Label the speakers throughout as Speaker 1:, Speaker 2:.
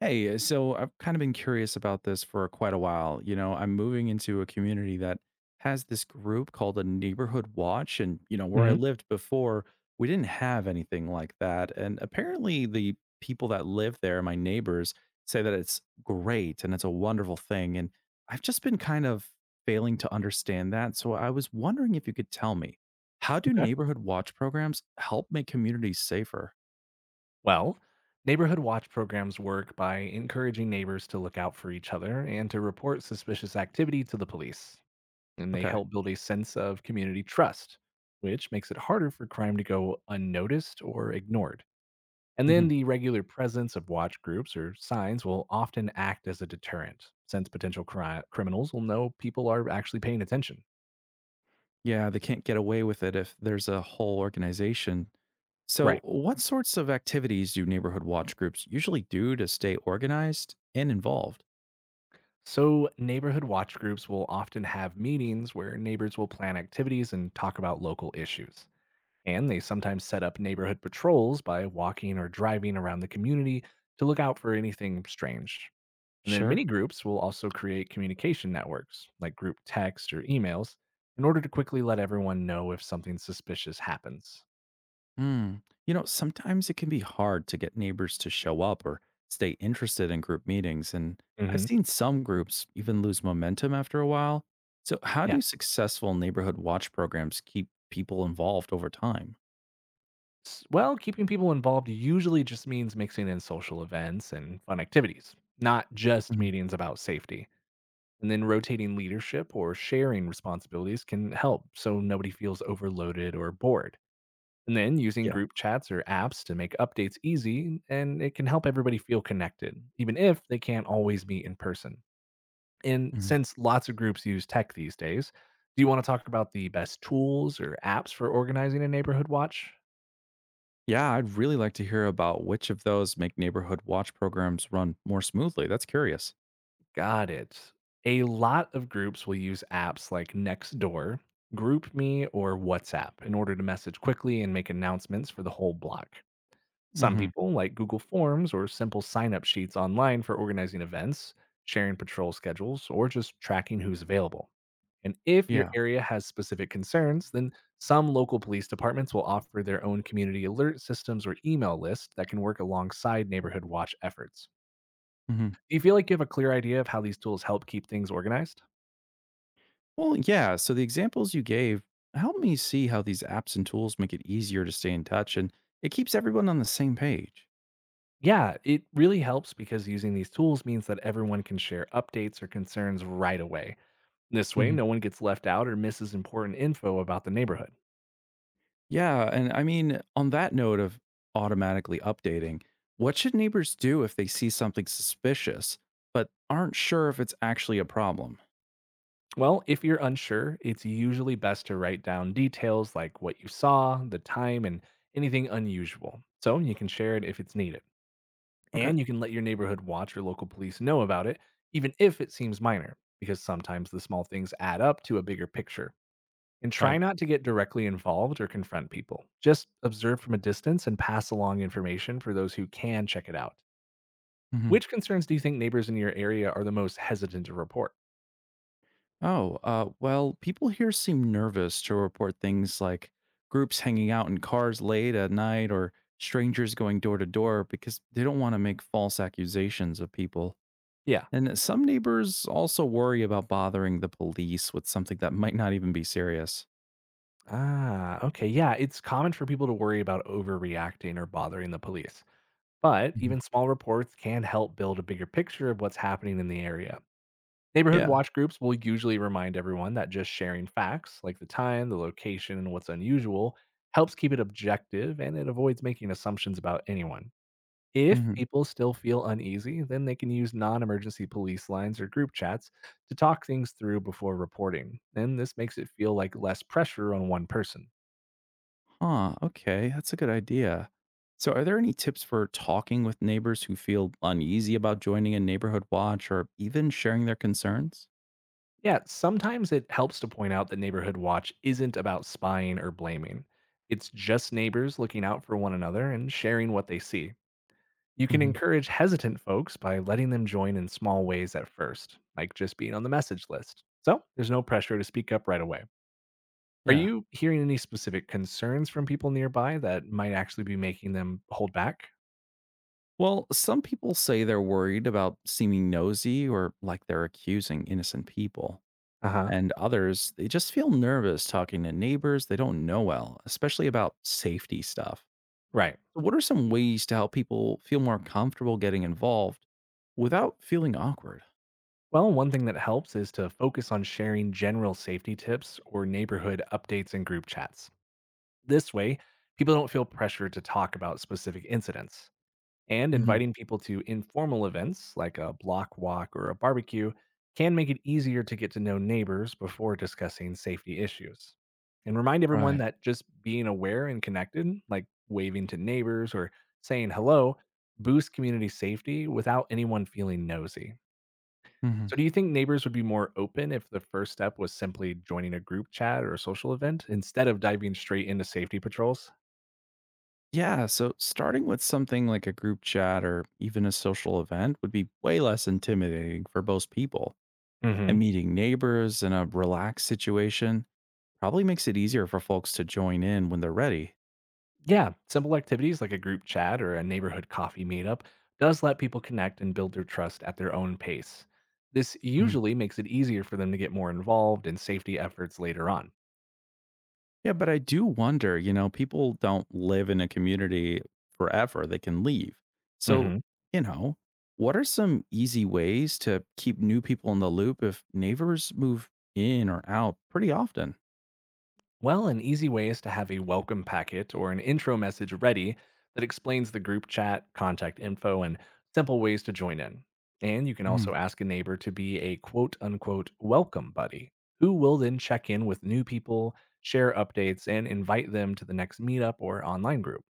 Speaker 1: Hey, so I've kind of been curious about this for quite a while. You know, I'm moving into a community that has this group called a neighborhood watch. And, you know, where I
Speaker 2: hmm
Speaker 1: lived before, we didn't have anything like that. And apparently, the people that live there, my neighbors, say that it's great and it's a wonderful thing. And I've just been kind of failing to understand that. So I was wondering if you could tell me, how do
Speaker 2: Okay.
Speaker 1: neighborhood watch programs help make communities safer?
Speaker 2: Well, neighborhood watch programs work by encouraging neighbors to look out for each other and to report suspicious activity to the police. And they
Speaker 1: Okay.
Speaker 2: help build a sense of community trust, which makes it harder for crime to go unnoticed or ignored. And
Speaker 1: Mm-hmm.
Speaker 2: then the regular presence of watch groups or signs will often act as a deterrent, since potential criminals will know people are actually paying attention.
Speaker 1: Yeah, they can't get away with it if there's a whole organization. So,
Speaker 2: Right.
Speaker 1: what sorts of activities do neighborhood watch groups usually do to stay organized and involved?
Speaker 2: So, neighborhood watch groups will often have meetings where neighbors will plan activities and talk about local issues. And they sometimes set up neighborhood patrols by walking or driving around the community to look out for anything strange. And then
Speaker 1: Sure.
Speaker 2: many groups will also create communication networks, like group text or emails, in order to quickly let everyone know if something suspicious happens.
Speaker 1: Mm. You know, sometimes it can be hard to get neighbors to show up or stay interested in group meetings. And I've
Speaker 2: hmm
Speaker 1: seen some groups even lose momentum after a while. So, how
Speaker 2: Yeah.
Speaker 1: do successful neighborhood watch programs keep people involved over time?
Speaker 2: Well, keeping people involved usually just means mixing in social events and fun activities, not just
Speaker 1: Mhm.
Speaker 2: meetings about safety. And then rotating leadership or sharing responsibilities can help so nobody feels overloaded or bored. And then using
Speaker 1: Yeah.
Speaker 2: group chats or apps to make updates easy, and it can help everybody feel connected, even if they can't always meet in person. And since lots of groups use tech these days, do you want to talk about the best tools or apps for organizing a neighborhood watch?
Speaker 1: Yeah, I'd really like to hear about which of those make neighborhood watch programs run more smoothly. That's curious.
Speaker 2: Got it. A lot of groups will use apps like Nextdoor, GroupMe, or WhatsApp in order to message quickly and make announcements for the whole block. Some
Speaker 1: Hmm.
Speaker 2: people like Google Forms or simple sign up sheets online for organizing events, sharing patrol schedules, or just tracking who's available. And if your
Speaker 1: Yeah.
Speaker 2: area has specific concerns, then some local police departments will offer their own community alert systems or email lists that can work alongside neighborhood watch efforts.
Speaker 1: Hmm.
Speaker 2: Do you feel like you have a clear idea of how these tools help keep things organized?
Speaker 1: Well, yeah. So the examples you gave help me see how these apps and tools make it easier to stay in touch and it keeps everyone on the same page.
Speaker 2: Yeah, it really helps because using these tools means that everyone can share updates or concerns right away. This way,
Speaker 1: Hmm.
Speaker 2: no one gets left out or misses important info about the neighborhood.
Speaker 1: Yeah. And I mean, on that note of automatically updating, what should neighbors do if they see something suspicious but aren't sure if it's actually a problem?
Speaker 2: Well, if you're unsure, it's usually best to write down details like what you saw, the time, and anything unusual. So you can share it if it's needed.
Speaker 1: Okay.
Speaker 2: And you can let your neighborhood watch or local police know about it, even if it seems minor, because sometimes the small things add up to a bigger picture. And try
Speaker 1: Right.
Speaker 2: not to get directly involved or confront people. Just observe from a distance and pass along information for those who can check it out. Which concerns do you think neighbors in your area are the most hesitant to report?
Speaker 1: Oh, well, people here seem nervous to report things like groups hanging out in cars late at night or strangers going door to door because they don't want to make false accusations of people.
Speaker 2: Yeah.
Speaker 1: And some neighbors also worry about bothering the police with something that might not even be serious.
Speaker 2: Ah, okay. Yeah, it's common for people to worry about overreacting or bothering the police. But
Speaker 1: Mhm.
Speaker 2: even small reports can help build a bigger picture of what's happening in the area. Neighborhood
Speaker 1: Yeah.
Speaker 2: watch groups will usually remind everyone that just sharing facts, like the time, the location, and what's unusual, helps keep it objective and it avoids making assumptions about anyone. If
Speaker 1: Hmm.
Speaker 2: people still feel uneasy, then they can use non emergency police lines or group chats to talk things through before reporting. And this makes it feel like less pressure on one person.
Speaker 1: Huh. Okay. That's a good idea. So, are there any tips for talking with neighbors who feel uneasy about joining a neighborhood watch or even sharing their concerns?
Speaker 2: Yeah, sometimes it helps to point out that Neighborhood Watch isn't about spying or blaming. It's just neighbors looking out for one another and sharing what they see. You can
Speaker 1: Hmm.
Speaker 2: encourage hesitant folks by letting them join in small ways at first, like just being on the message list. So there's no pressure to speak up right away. Are
Speaker 1: Yeah.
Speaker 2: you hearing any specific concerns from people nearby that might actually be making them hold back?
Speaker 1: Well, some people say they're worried about seeming nosy or like they're accusing innocent people.
Speaker 2: Uh huh.
Speaker 1: And others, they just feel nervous talking to neighbors they don't know well, especially about safety stuff.
Speaker 2: Right.
Speaker 1: So what are some ways to help people feel more comfortable getting involved without feeling awkward?
Speaker 2: Well, one thing that helps is to focus on sharing general safety tips or neighborhood updates in group chats. This way, people don't feel pressured to talk about specific incidents. And
Speaker 1: Hmm.
Speaker 2: inviting people to informal events like a block walk or a barbecue can make it easier to get to know neighbors before discussing safety issues. And remind everyone
Speaker 1: Right.
Speaker 2: that just being aware and connected, like waving to neighbors or saying hello, boosts community safety without anyone feeling nosy.
Speaker 1: Hmm.
Speaker 2: So, do you think neighbors would be more open if the first step was simply joining a group chat or a social event instead of diving straight into safety patrols?
Speaker 1: Yeah, so starting with something like a group chat or even a social event would be way less intimidating for most people. And
Speaker 2: Hmm.
Speaker 1: meeting neighbors in a relaxed situation probably makes it easier for folks to join in when they're ready.
Speaker 2: Yeah, simple activities like a group chat or a neighborhood coffee meetup does let people connect and build their trust at their own pace. This
Speaker 1: Mhm.
Speaker 2: usually makes it easier for them to get more involved in safety efforts later on.
Speaker 1: Yeah, but I do wonder, you know, people don't live in a community forever. They can leave. So,
Speaker 2: hmm
Speaker 1: you know, what are some easy ways to keep new people in the loop if neighbors move in or out pretty often?
Speaker 2: Well, an easy way is to have a welcome packet or an intro message ready that explains the group chat, contact info, and simple ways to join in. And you can
Speaker 1: Mhm.
Speaker 2: also ask a neighbor to be a quote unquote welcome buddy, who will then check in with new people, share updates, and invite them to the next meetup or online group.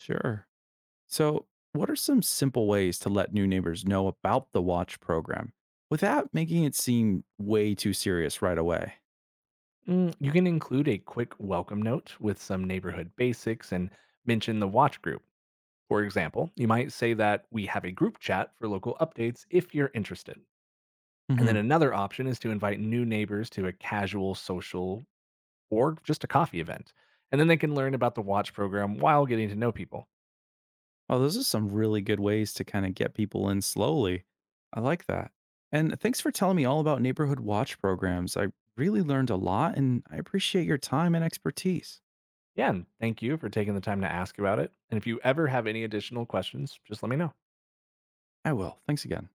Speaker 1: Sure. So, what are some simple ways to let new neighbors know about the watch program without making it seem way too serious right away?
Speaker 2: You can include a quick welcome note with some neighborhood basics and mention the watch group. For example, you might say that we have a group chat for local updates if you're interested. And then
Speaker 1: Hmm.
Speaker 2: another option is to invite new neighbors to a casual social or just a coffee event. And then they can learn about the watch program while getting to know people.
Speaker 1: Oh, those are some really good ways to kind of get people in slowly. I like that. And thanks for telling me all about neighborhood watch programs. I really learned a lot and I appreciate your time and expertise.
Speaker 2: Yeah, and thank you for taking the time to ask about it. And if you ever have any additional questions, just let me know.
Speaker 1: I will. Thanks again.